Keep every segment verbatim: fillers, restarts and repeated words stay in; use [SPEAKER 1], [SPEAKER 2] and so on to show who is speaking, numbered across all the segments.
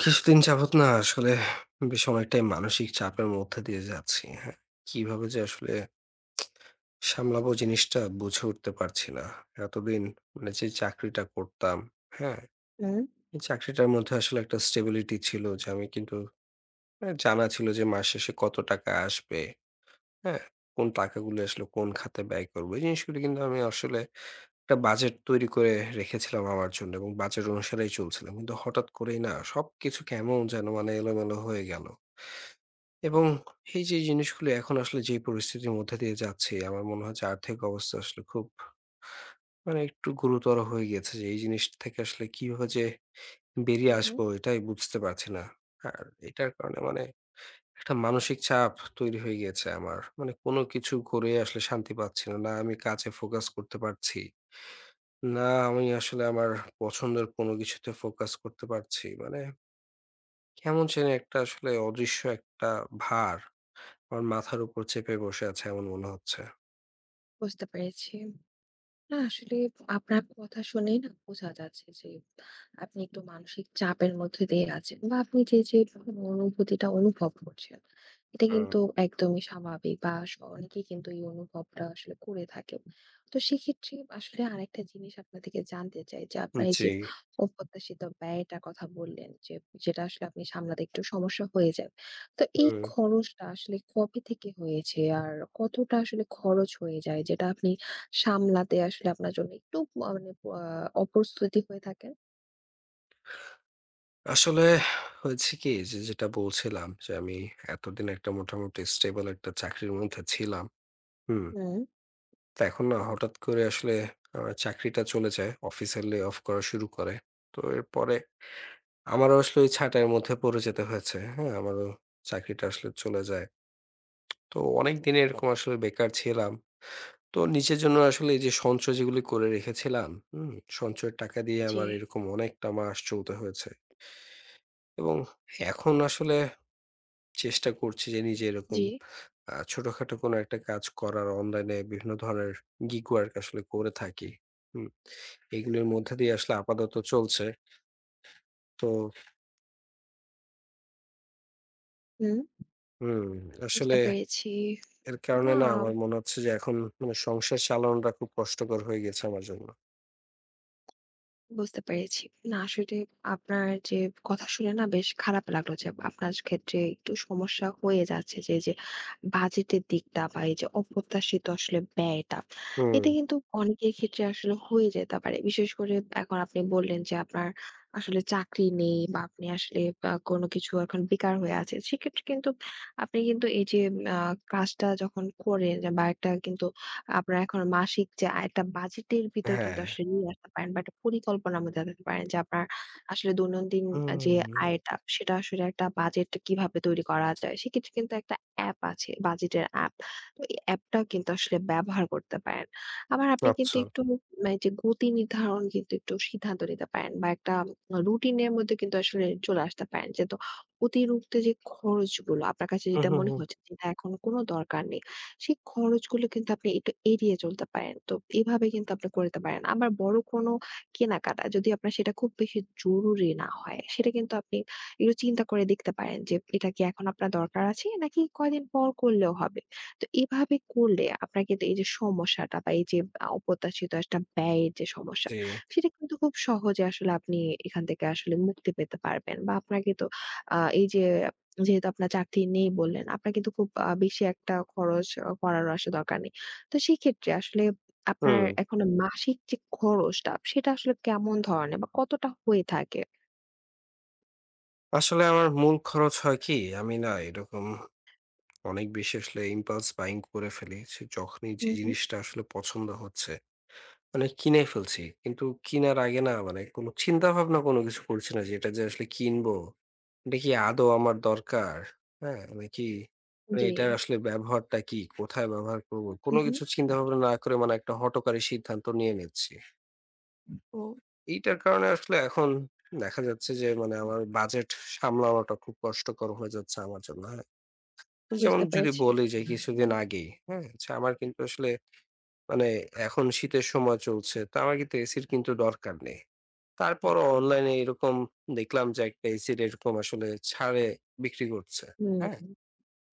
[SPEAKER 1] কিছুদিন যাবত না আসলে বেশ অনেকটাই মানসিক চাপের মধ্যে দিয়ে যাচ্ছি। হ্যাঁ? কিভাবে যে আসলে সামলাবো জিনিসটা বুঝে উঠতে পারছি না। এতদিন মানে যে চাকরিটা করতাম, হ্যাঁ?
[SPEAKER 2] হুম,
[SPEAKER 1] এই চাকরিটার মধ্যে আসলে একটা স্টেবিলিটি ছিল যে আমি কিন্তু এ জানা ছিল যে মাস শেষে কত টাকা আসবে, হ্যাঁ? কোন টাকাগুলো আসলে কোন খাতে ব্যয় করব। এই জিনিসগুলো কিন্তু আমি আসলে একটা বাজেট তৈরি করে রেখেছিলাম আমার জন্য এবং বাজেট অনুসারেই চলছিলাম। কিন্তু হঠাৎ করেই না সবকিছু কেমন যেন মানে এলোমেলো হয়ে গেল। এবং এই যে জিনিসগুলো এখন আসলে যে পরিস্থিতির মধ্যে দিয়ে যাচ্ছি, আমার মনে হয় যে আর্থিক অবস্থা আসলে খুব মানে একটু গুরুতর হয়ে গিয়েছে যে এই জিনিসটা থেকে আসলে কিভাবে যে
[SPEAKER 2] হু,
[SPEAKER 1] বেরিয়ে
[SPEAKER 2] হুম।
[SPEAKER 1] আসবো এটাই বুঝতে পারছি না। আর এটার কারণে মানে একটা মানসিক চাপ তৈরি হয়ে গিয়েছে আমার। মানে কোনো কিছু করে আসলে শান্তি পাচ্ছি না। না আমি কাজে ফোকাস করতে পারছি। না আমি আসলে আমার পছন্দের কোনো কিছুতে ফোকাস করতে পারছি। মানে কেমন যেন একটা আসলে অদৃশ্য একটা ভার আমার মাথার উপর চেপে বসে আছে এমন মনে হচ্ছে।
[SPEAKER 2] বুঝতে পেরেছি। না আসলে আপনার কথা শুনেই না বোঝা যাচ্ছে যে আপনি একটু মানসিক চাপের মধ্যে দিয়ে আছেন বা আপনি যে যে অনুভূতিটা অনুভব করছেন এটা
[SPEAKER 1] হুম।
[SPEAKER 2] কিন্তু একদমই স্বাভাবিক বা স- অনেকেই কিন্তু এই অনুভবটা আসলে করে থাকে। তো সেক্ষেত্রে আসলে আরেকটা জিনিস আপনার থেকে জানতে চাই যে আপনার এই যে
[SPEAKER 1] জি,
[SPEAKER 2] অপ্রত্যাশিত ব্যয়টার কথা বললেন, যে যেটা আসলে আপনি সামলাতে একটু সমস্যা হয়ে যায়, তো এই
[SPEAKER 1] হুম।
[SPEAKER 2] খরচটা আসলে কবে থেকে হয়েছে আর কতটা আসলে খরচ হয়ে যায় যেটা আপনি সামলাতে আসলে আপনার জন্য একটু আ মানে আ অপ্রস্তুতি হয়ে থাকেন?
[SPEAKER 1] আসলে হয়েছে কি যে যেটা বলছিলাম যে আমি এতদিন একটা মোটামুটি স্টেবল একটা চাকরির মধ্যে ছিলাম। হুম।
[SPEAKER 2] হুম।
[SPEAKER 1] তো এখন না হঠাৎ করে আসলে আমার চাকরিটা চলে যায়। অফিসের লে অফ করা শুরু করে। তো এরপরে আমারও আসলে ওই ছাঁটাইয়ের মধ্যে পড়ে যেতে হয়েছে। হ্যাঁ? আমারও চাকরিটা আসলে চলে যায়। তো অনেকদিন এরকম আসলে বেকার ছিলাম। তো নিজের জন্য আসলে এই যে সঞ্চয় যেগুলি করে রেখেছিলাম, হুম? সঞ্চয়ের টাকা দিয়ে
[SPEAKER 2] জি,
[SPEAKER 1] আমার এরকম অনেকটা মাস চলতে হয়েছে এবং এখন আসলে চেষ্টা করছি যে নিজে এরকম
[SPEAKER 2] জি।
[SPEAKER 1] আ ছোটখাটো কোনো একটা কাজ করার অনলাইনে বিভিন্ন ধরনের গিগ ওয়ার্ক আসলে করে থাকি। হুম? এগুলোর মধ্যে দিয়ে আসলে আপাতত চলছে। তো
[SPEAKER 2] হুম।
[SPEAKER 1] হুম,
[SPEAKER 2] বুঝতে
[SPEAKER 1] আসলে
[SPEAKER 2] পেরেছি।
[SPEAKER 1] এর কারণে
[SPEAKER 2] না
[SPEAKER 1] না আমার মনে হচ্ছে যে এখন মানে সংসার চালানোটা খুব কষ্টকর হয়ে গেছে আমার জন্য।
[SPEAKER 2] বুঝতে পেরেছি। না আসলে আপনার যে কথা শুনে না বেশ খারাপ লাগলো যে আপনার ক্ষেত্রে একটু সমস্যা হয়ে যাচ্ছে, যে এই যে বাজেটের দিকটা বা এই যে অপ্রত্যাশিত আসলে ব্যয়টা।
[SPEAKER 1] হুম,
[SPEAKER 2] এতে কিন্তু অনেকের ক্ষেত্রে আসলে হয়ে যেতে পারে। বিশেষ করে এখন আপনি বললেন যে আপনার আসলে চাকরি নেই বা আপনি আসলে আ কোনো কিছু এখন বেকার হয়ে আছেন। সেক্ষেত্রে কিন্তু আপনি কিন্তু এই যে আ কাজটা যখন করেন বা একটা কিন্তু আপনার এখন মাসিক যে আয়টা বাজেটের ভিতর কিন্তু
[SPEAKER 1] হ্যাঁ।
[SPEAKER 2] আসলে নিয়ে আসতে পারেন বা একটা পরিকল্পনার মধ্যে থাকতে পারেন যে আপনার আসলে দৈনন্দিন যে
[SPEAKER 1] হুম,
[SPEAKER 2] আয়টা সেটা আসলে একটা বাজেট কিভাবে তৈরি করা যায়। সেক্ষেত্রে কিন্তু একটা অ্যাপ আছে বাজেটের অ্যাপ। তো এই অ্যাপটা কিন্তু আসলে ব্যবহার করতে পারেন। আবার আপনি কিন্তু
[SPEAKER 1] আচ্ছা।
[SPEAKER 2] একটু মানে যে গতি নির্ধারণ কিন্তু একটু সিদ্ধান্ত নিতে পারেন বা একটা রুটিনের মধ্যে কিন্তু আসলে চলে আসতে পারেন। যে তো অতিরিক্ত যে খরচগুলো আপনার কাছে
[SPEAKER 1] হু,
[SPEAKER 2] যেটা
[SPEAKER 1] হু,
[SPEAKER 2] মনে
[SPEAKER 1] হু।
[SPEAKER 2] হচ্ছে যেটা এখন কোনো দরকার নেই। সেই খরচগুলো কিন্তু আপনি একটু এড়িয়ে চলতে পারেন। তো এভাবে কিন্তু আপনি করতে পারেন। আবার বড় কোনো কেনাকাটা যদি আপনার সেটা খুব বেশি জরুরি না হয়, সেটা কিন্তু আপনি একটু চিন্তা করে দেখতে পারেন যে এটা কি এখন আপনার দরকার আছে নাকি কয়দিন পর করলেও হবে। তো এভাবে করলে আপনার কিন্তু এই যে সমস্যাটা বা এই যে আ অপ্রত্যাশিত একটা ব্যয়ের যে সমস্যা,
[SPEAKER 1] জি।
[SPEAKER 2] সেটা কিন্তু খুব সহজে আসলে আপনি এখান থেকে আসলে মুক্তি পেতে পারবেন। বা আপনাকে তো আ এই যে যেহেতু আপনার চাকরি নেই বললেন, আপনার কিন্তু খুব আ বেশি একটা খরচ অ করারও আসলে দরকার নেই। তো সেক্ষেত্রে আসলে আপনার
[SPEAKER 1] হুম।
[SPEAKER 2] এখন মাসিক যে খরচটা, সেটা আসলে কেমন ধরনের বা কতটা হয়ে থাকে?
[SPEAKER 1] আসলে আমার মূল খরচ হয় কি? আমি না এরকম অনেক বেশি আসলে impulse buying করে ফেলি। সে যখনই যে
[SPEAKER 2] হুম, হুম।
[SPEAKER 1] জিনিসটা আসলে পছন্দ হচ্ছে, মানে কিনে ফেলছি। কিন্তু কিনার আগে না মানে কোনো চিন্তা ভাবনা কোনো কিছু করছি না যে এটা যে আসলে কিনবো, এটা কি আদৌ আমার দরকার? হ্যাঁ? নাকি মানে
[SPEAKER 2] জি।
[SPEAKER 1] এটার আসলে ব্যবহারটা কি? কোথায় ব্যবহার করব?
[SPEAKER 2] হুম,
[SPEAKER 1] কোনো
[SPEAKER 2] হুম।
[SPEAKER 1] কিছু চিন্তা ভাবনা না করে মানে একটা হঠকারী সিদ্ধান্ত নিয়ে নিচ্ছি। তো এইটার কারণে আসলে এখন দেখা যাচ্ছে যে মানে আমার বাজেট সামলানোটা খুব কষ্টকর হয়ে যাচ্ছে আমার জন্য। হ্যাঁ? যেমন
[SPEAKER 2] বুঝতে
[SPEAKER 1] যদি
[SPEAKER 2] পেরেছি।
[SPEAKER 1] বলি যে কিছুদিন আগেই, হ্যাঁ? আচ্ছা আমার কিন্তু আসলে মানে এখন শীতের সময় চলছে। তো আমার কিন্তু এসির কিন্তু দরকার নেই। তারপরও অনলাইনে এরকম দেখলাম যে একটা এসির এরকম আসলে ছাড়ে বিক্রি করছে। হ্যাঁ?
[SPEAKER 2] হুম,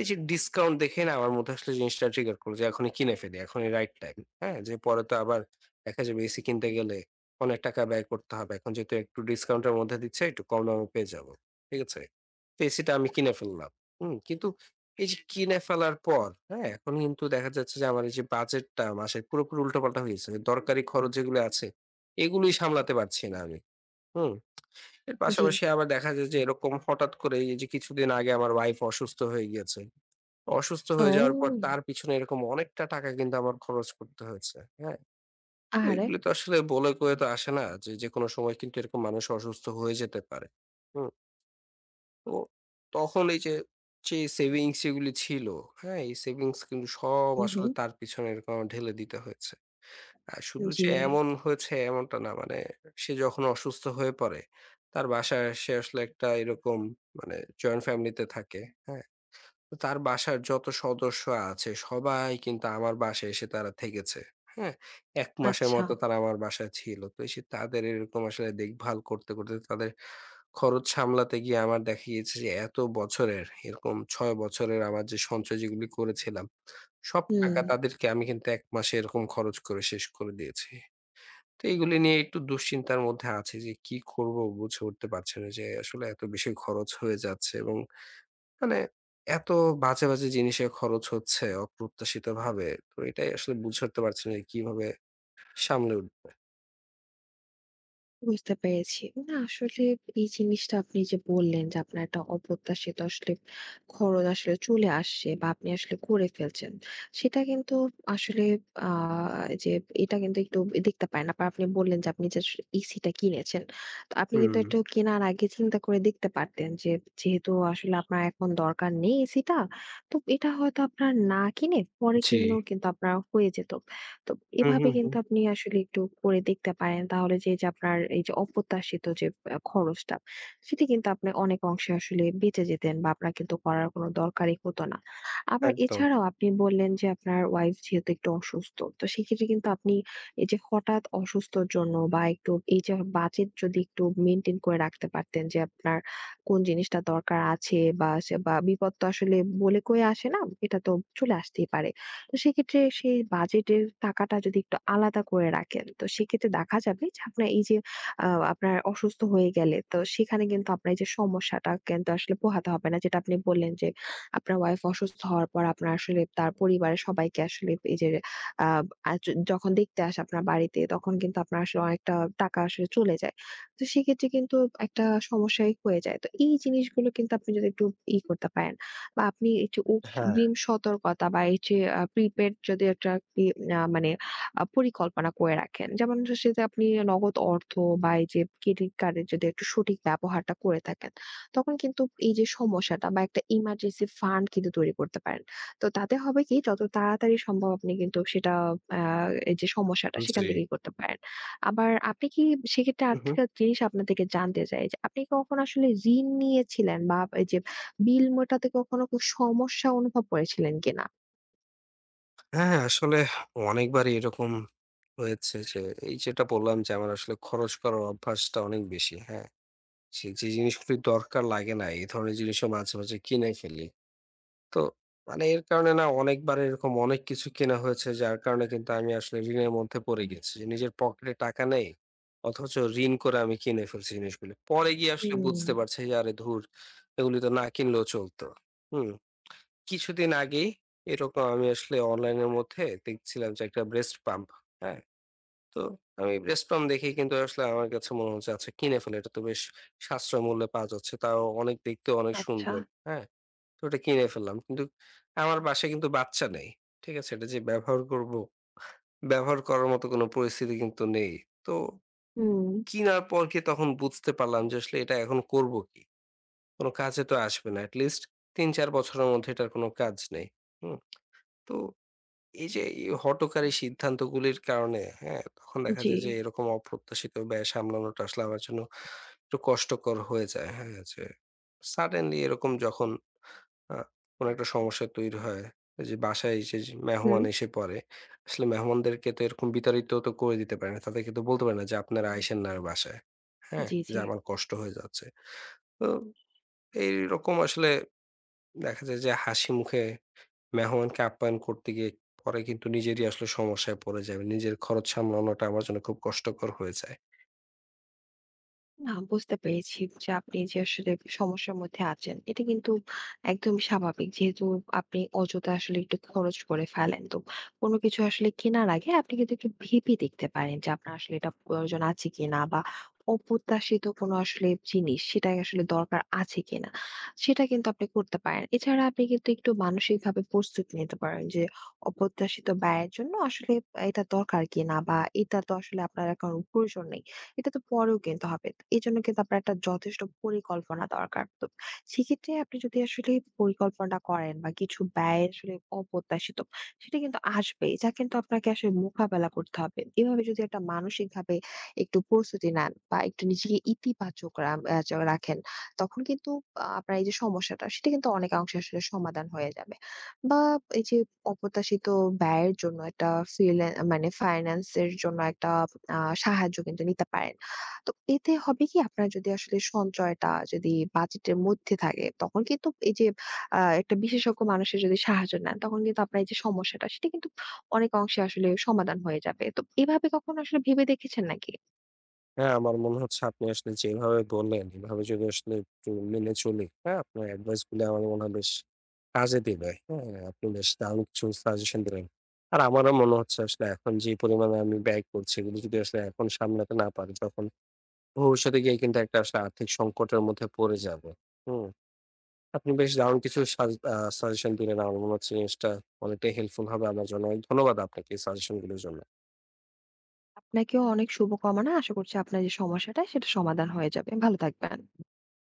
[SPEAKER 1] এই যে ডিসকাউন্ট দেখে না আমার মধ্যে আসলে জিনিসটা ট্রিগার করলো যে এখনই কিনে ফেলি, এখনই রাইট টাইম। হ্যাঁ? যে পরে তো আবার দেখা যাবে এসি কিনতে গেলে অনেক টাকা ব্যয় করতে হবে। এখন যেহেতু একটু ডিসকাউন্টের মধ্যে দিচ্ছে, একটু কম দামে পেয়ে যাবো। ঠিক আছে? তো এসিটা আমি কিনে ফেললাম। হুম? কিন্তু এই যে কিনে ফেলার পর, হ্যাঁ? এখন কিন্তু দেখা যাচ্ছে যে আমার এই যে বাজেটটা মাসের পুরোপুরি উল্টোপাল্টা হয়ে গেছে। দরকারি খরচ যেগুলো আছে, এগুলোই সামলাতে পারছি না আমি। হুম? এর
[SPEAKER 2] জি।
[SPEAKER 1] পাশাপাশি আবার দেখা যায় যে এরকম হঠাৎ করে এই যে কিছুদিন আগে আমার ওয়াইফ অসুস্থ হয়ে গিয়েছে। অসুস্থ হয়ে যাওয়ার পর
[SPEAKER 2] ও!
[SPEAKER 1] তার পিছনে এরকম অনেকটা টাকা কিন্তু আমার খরচ করতে হয়েছে। হ্যাঁ? তো
[SPEAKER 2] আহারে!
[SPEAKER 1] এগুলো তো আসলে বলে কয়ে তো আসে না যে, যেকোনো সময় কিন্তু এরকম মানুষ অসুস্থ হয়ে যেতে পারে। হুম? তো তখন এই যে, যে সেভিংস যেগুলি ছিল, হ্যাঁ? এই সেভিংস কিন্তু সব
[SPEAKER 2] হুম, হুম।
[SPEAKER 1] আসলে তার পিছনে এরকম আমার ঢেলে দিতে হয়েছে। আর শুধু
[SPEAKER 2] জি।
[SPEAKER 1] যে এমন হয়েছে এমনটা না। মানে সে যখন অসুস্থ হয়ে পড়ে, তার বাসায় সে আসলে একটা এরকম মানে জয়েন্ট ফ্যামিলিতে থাকে। হ্যাঁ? তো তার বাসার যত সদস্য আছে সবাই কিন্তু আমার বাসায় এসে তারা থেকেছে। হ্যাঁ? এক মাসের
[SPEAKER 2] আচ্ছা।
[SPEAKER 1] মতো তারা আমার বাসায় ছিল। তো এসে তাদের এরকম আসলে দেখভাল করতে, করতে তাদের খরচ সামলাতে গিয়ে আমার দেখা গিয়েছে যে এত বছরের এরকম ছয় বছরের আমার যে সঞ্চয় যেগুলি করেছিলাম, সব টাকা
[SPEAKER 2] হুম।
[SPEAKER 1] তাদেরকে আমি কিন্তু এক মাসে এরকম খরচ করে শেষ করে দিয়েছি। তো এগুলি নিয়ে একটু দুশ্চিন্তার মধ্যে আছি যে কি করব বুঝে উঠতে পারছি না যে আসলে এত বেশি খরচ হয়ে যাচ্ছে এবং মানে এত বাজে, বাজে জিনিসে খরচ হচ্ছে অপ্রত্যাশিতভাবে। তো এটাই আসলে বুঝে উঠতে পারছি না যে কিভাবে সামলে উঠব।
[SPEAKER 2] বুঝতে পেরেছি। না আসলে এই জিনিসটা আপনি যে বললেন যে আপনার একটা অপ্রত্যাশিত আসলে খরচ আসলে চলে আসছে বা আপনি আসলে করে ফেলছেন। সেটা কিন্তু আসলে আ যে এটা কিন্তু একটু দেখতে পারেন। আবার আপনি বললেন যে আপনি যে আস এসিটা কিনেছেন। তো আপনি কিন্তু
[SPEAKER 1] হুম,
[SPEAKER 2] একটু কেনার আগে চিন্তা করে দেখতে পারতেন যে যেহেতু আসলে আপনার এখন দরকার নেই এসিটা। তো এটা হয়তো আপনার না কিনে পরে
[SPEAKER 1] জি।
[SPEAKER 2] কিনলেও কিন্তু আপনার হয়ে যেত। তো
[SPEAKER 1] হুম,
[SPEAKER 2] এভাবে
[SPEAKER 1] হুম,
[SPEAKER 2] কিন্তু
[SPEAKER 1] হুম,
[SPEAKER 2] আপনি আসলে একটু করে দেখতে পারেন। তাহলে যে, যে আপনার এই যে অপ্রত্যাশিত যে আ খরচটা, সেটি কিন্তু আপনি অনেক অংশে আসলে বেঁচে যেতেন বা আপনার কিন্তু করার কোনো দরকারই হতো না। আবার
[SPEAKER 1] একদম।
[SPEAKER 2] এছাড়াও আপনি বললেন যে আপনার ওয়াইফ যেহেতু একটু অসুস্থ, তো সেক্ষেত্রে কিন্তু আপনি এই যে হঠাৎ অসুস্থর জন্য বা একটু এই যে বাজেট যদি একটু মেইনটেইন করে রাখতে পারতেন যে আপনার কোন জিনিসটা দরকার আছে বা সে বা বিপদ তো আসলে বলে কয়ে আসে না, এটা তো চলে আসতেই পারে। তো সেক্ষেত্রে সেই বাজেটের টাকাটা যদি একটু আলাদা করে রাখেন, তো সেক্ষেত্রে দেখা যাবে যে আপনার এই যে আহ, আপনার অসুস্থ হয়ে গেলে তো সেখানে কিন্তু আপনার এই যে সমস্যাটা কিন্তু আসলে পোহাতে হবে না। যেটা আপনি বললেন যে আপনার ওয়াইফ অসুস্থ হওয়ার পর আপনার আসলে তার পরিবারের সবাইকে আসলে এই যে আহ আর য- যখন দেখতে আসে আপনার বাড়িতে তখন কিন্তু আপনার আসলে অনেকটা টাকা আসলে চলে যায়। তো সেক্ষেত্রে কিন্তু একটা সমস্যাই হয়ে যায়। তো এই জিনিসগুলো কিন্তু আপনি যদি একটু ই করতে পারেন বা আপনি এই যে
[SPEAKER 1] হ্যাঁ,
[SPEAKER 2] অগ্রিম সতর্কতা বা এই যে আ প্রিপেইড যদি একটা আপনি আ মানে আ পরিকল্পনা করে রাখেন। যেমন হচ্ছে যে আপনি নগদ অর্থ বা এই যে ক্রেডিট কার্ডের যদি একটু সঠিক ব্যবহারটা করে থাকেন, তখন কিন্তু এই যে সমস্যাটা বা একটা ইমার্জেন্সি ফান্ড কিন্তু তৈরি করতে পারেন। তো তাতে হবে কি, যত তাড়াতাড়ি সম্ভব আপনি কিন্তু সেটা আ এই যে সমস্যাটা সেখান
[SPEAKER 1] জি।
[SPEAKER 2] থেকেই করতে পারেন। আবার আপনি কি সেক্ষেত্রে
[SPEAKER 1] হুম, হুম।
[SPEAKER 2] আরেকটা জিনিস আপনার থেকে জানতে চাই যে আপনি কখনো আসলে ঋণ নিয়েছিলেন বা এই যে বিল মেটাতে কখনো কো সমস্যা অনুভব করেছিলেন কিনা?
[SPEAKER 1] হ্যাঁ, আসলে অনেকবারই এরকম হয়েছে যে এই যেটা বললাম যে আমার আসলে খরচ করার অভ্যাসটা অনেক বেশি। হ্যাঁ? সে যে জিনিসগুলি দরকার লাগে না এই ধরনের জিনিসও মাঝে, মাঝে কিনে ফেলি। তো মানে এর কারণে না অনেকবার এরকম অনেক কিছু কেনা হয়েছে যার কারণে কিন্তু আমি আসলে ঋণের মধ্যে পড়ে গেছি যে নিজের পকেটে টাকা নেই অথচ ঋণ করে আমি কিনে ফেলছি জিনিসগুলো পরে গিয়ে আসলে
[SPEAKER 2] হুম,
[SPEAKER 1] বুঝতে পারছি যে আরে ধুর এগুলি তো না কিনলেও চলতো। হুম। কিছুদিন আগেই এরকম আমি আসলে অনলাইনের মধ্যে দেখছিলাম যে একটা ব্রেস্ট পাম্প। হ্যাঁ। তো আমি ব্রেস্ট পাম্প দেখে কিন্তু আসলে আমার কাছে মনে হচ্ছে আচ্ছা কিনে ফেলে এটা তো বেশ সাশ্রয় মূল্যে পাওয়া যাচ্ছে তাও অনেক দেখতে অনেক
[SPEAKER 2] আচ্ছা।
[SPEAKER 1] সুন্দর। হ্যাঁ। তো ওটা কিনে ফেললাম। কিন্তু আমার বাসায় কিন্তু বাচ্চা নেই। ঠিক আছে? এটা যে ব্যবহার করব, ব্যবহার করার মতো কোনো পরিস্থিতি কিন্তু নেই। তো
[SPEAKER 2] হুম।
[SPEAKER 1] কিনার পর কি তখন বুঝতে পারলাম যে আসলে এটা এখন করব কি? কোনো কাজে তো আসবে না। এটলিস্ট তিন চার বছরের মধ্যে এটার কোনো কাজ নেই। হুম? তো এই যে এই হঠকারী সিদ্ধান্তগুলির কারণে, হ্যাঁ? তখন দেখা
[SPEAKER 2] জি।
[SPEAKER 1] যায় যে এরকম অপ্রত্যাশিত ব্যয় সামলানোটা আসলে আমার জন্য একটু কষ্টকর হয়ে যায়। হ্যাঁ? যে সাডেনলি এরকম যখন আ কোনো একটা সমস্যা তৈরি হয়। যে বাসায় এসে যে
[SPEAKER 2] হুম।
[SPEAKER 1] মেহমান এসে পড়ে। আসলে মেহমানদেরকে তো এরকম বিতাড়িত তো করে দিতে পারে না। তাদেরকে তো বলতে পারে না যে আপনারা আইসেন না আর বাসায়। হ্যাঁ?
[SPEAKER 2] জি,
[SPEAKER 1] যে
[SPEAKER 2] জি।
[SPEAKER 1] আমার কষ্ট হয়ে যাচ্ছে। তো এইরকম আসলে দেখা যায় যে হাসি মুখে মেহমানকে আপ্যায়ন করতে গিয়ে পরে কিন্তু নিজেরই আসলে সমস্যায় পড়ে যাবে। নিজের খরচ সামলানোটা আমার জন্য খুব কষ্টকর হয়ে যায়।
[SPEAKER 2] না বুঝতে পেরেছি যে আপনি যে আসলে সমস্যার মধ্যে আছেন এটা কিন্তু একদম স্বাভাবিক। যেহেতু আপনি অযথা আসলে একটু খরচ করে ফেলেন, তো কোনো কিছু আসলে কেনার আগে আপনি কিন্তু একটু ভেবে দেখতে পারেন যে আপনার আসলে এটা প্রয়োজন আছে কিনা বা অপ্রত্যাশিত কোনো আসলে জিনিস সেটা আসলে দরকার আছে কিনা, সেটা কিন্তু আপনি করতে পারেন। এছাড়া আপনি কিন্তু একটু মানসিক ভাবে প্রস্তুতি নিতে পারেন যে অপ্রত্যাশিত ব্যয়ের জন্য আসলে এটা দরকার কিনা বা এটা তো আসলে আপনার এখন প্রয়োজন নেই, এটা তো পরেও কিনতে হবে। এজন্য কিন্তু আপনার একটা যথেষ্ট পরিকল্পনা দরকার। তো সেক্ষেত্রে আপনি যদি আসলে পরিকল্পনা করেন, বা কিছু ব্যয় আসলে অপ্রত্যাশিত, সেটা কিন্তু আসবেই। যা কিন্তু আপনাকে আসলে মোকাবেলা করতে হবে। এভাবে যদি একটা মানসিকভাবে একটু প্রস্তুতি নেন বা একটু নিজেকে ইতিবাচক রাম আ চ রাখেন, তখন কিন্তু আ আপনার এই যে সমস্যাটা, সেটা কিন্তু অনেকাংশে আসলে সমাধান হয়ে যাবে। বা এই যে অপ্রত্যাশিত ব্যয়ের জন্য একটা ফ্রিল্যা মানে ফাইন্যান্স এর জন্য একটা আ সাহায্য কিন্তু নিতে পারেন। তো এতে হবে কি, আপনার যদি আসলে সঞ্চয়টা যদি বাজেটের মধ্যে থাকে, তখন কিন্তু এই যে আ একটা বিশেষজ্ঞ মানুষের যদি সাহায্য নেন তখন কিন্তু আপনার এই যে সমস্যাটা সেটা কিন্তু অনেক অংশে আসলে সমাধান হয়ে যাবে। তো এভাবে কখনো আসলে ভেবে দেখেছেন নাকি?
[SPEAKER 1] হ্যাঁ, আমার মনে হচ্ছে আপনি আসলে যেভাবে বললেন, এভাবে যদি আসলে একটু মেনে চলি, হ্যাঁ? আপনার এডভাইস গুলো আমার মনে হয় বেশ কাজে দিবে। হ্যাঁ, আপনি বেশ দারুণ কিছু সাজেশন দিলেন। আর আমারও মনে হচ্ছে আসলে এখন যে পরিমাণে আমি ব্যয় করছি, এগুলো যদি আসলে এখন সামলাতে না পারি, তখন ভবিষ্যতে গিয়ে কিন্তু একটা আসলে আর্থিক সংকটের মধ্যে পড়ে যাবো। হুম? আপনি বেশ দারুণ কিছু সাজ আ সাজেশন দিলেন। আমার মনে হচ্ছে জিনিসটা অনেকটাই হেল্পফুল হবে আমার জন্য। অনেক ধন্যবাদ আপনাকে এই সাজেশন গুলোর জন্য।
[SPEAKER 2] আপনাকেও অনেক শুভকামনা। আশা করছি আপনার যে সমস্যাটা সেটা সমাধান হয়ে যাবে। ভালো থাকবেন।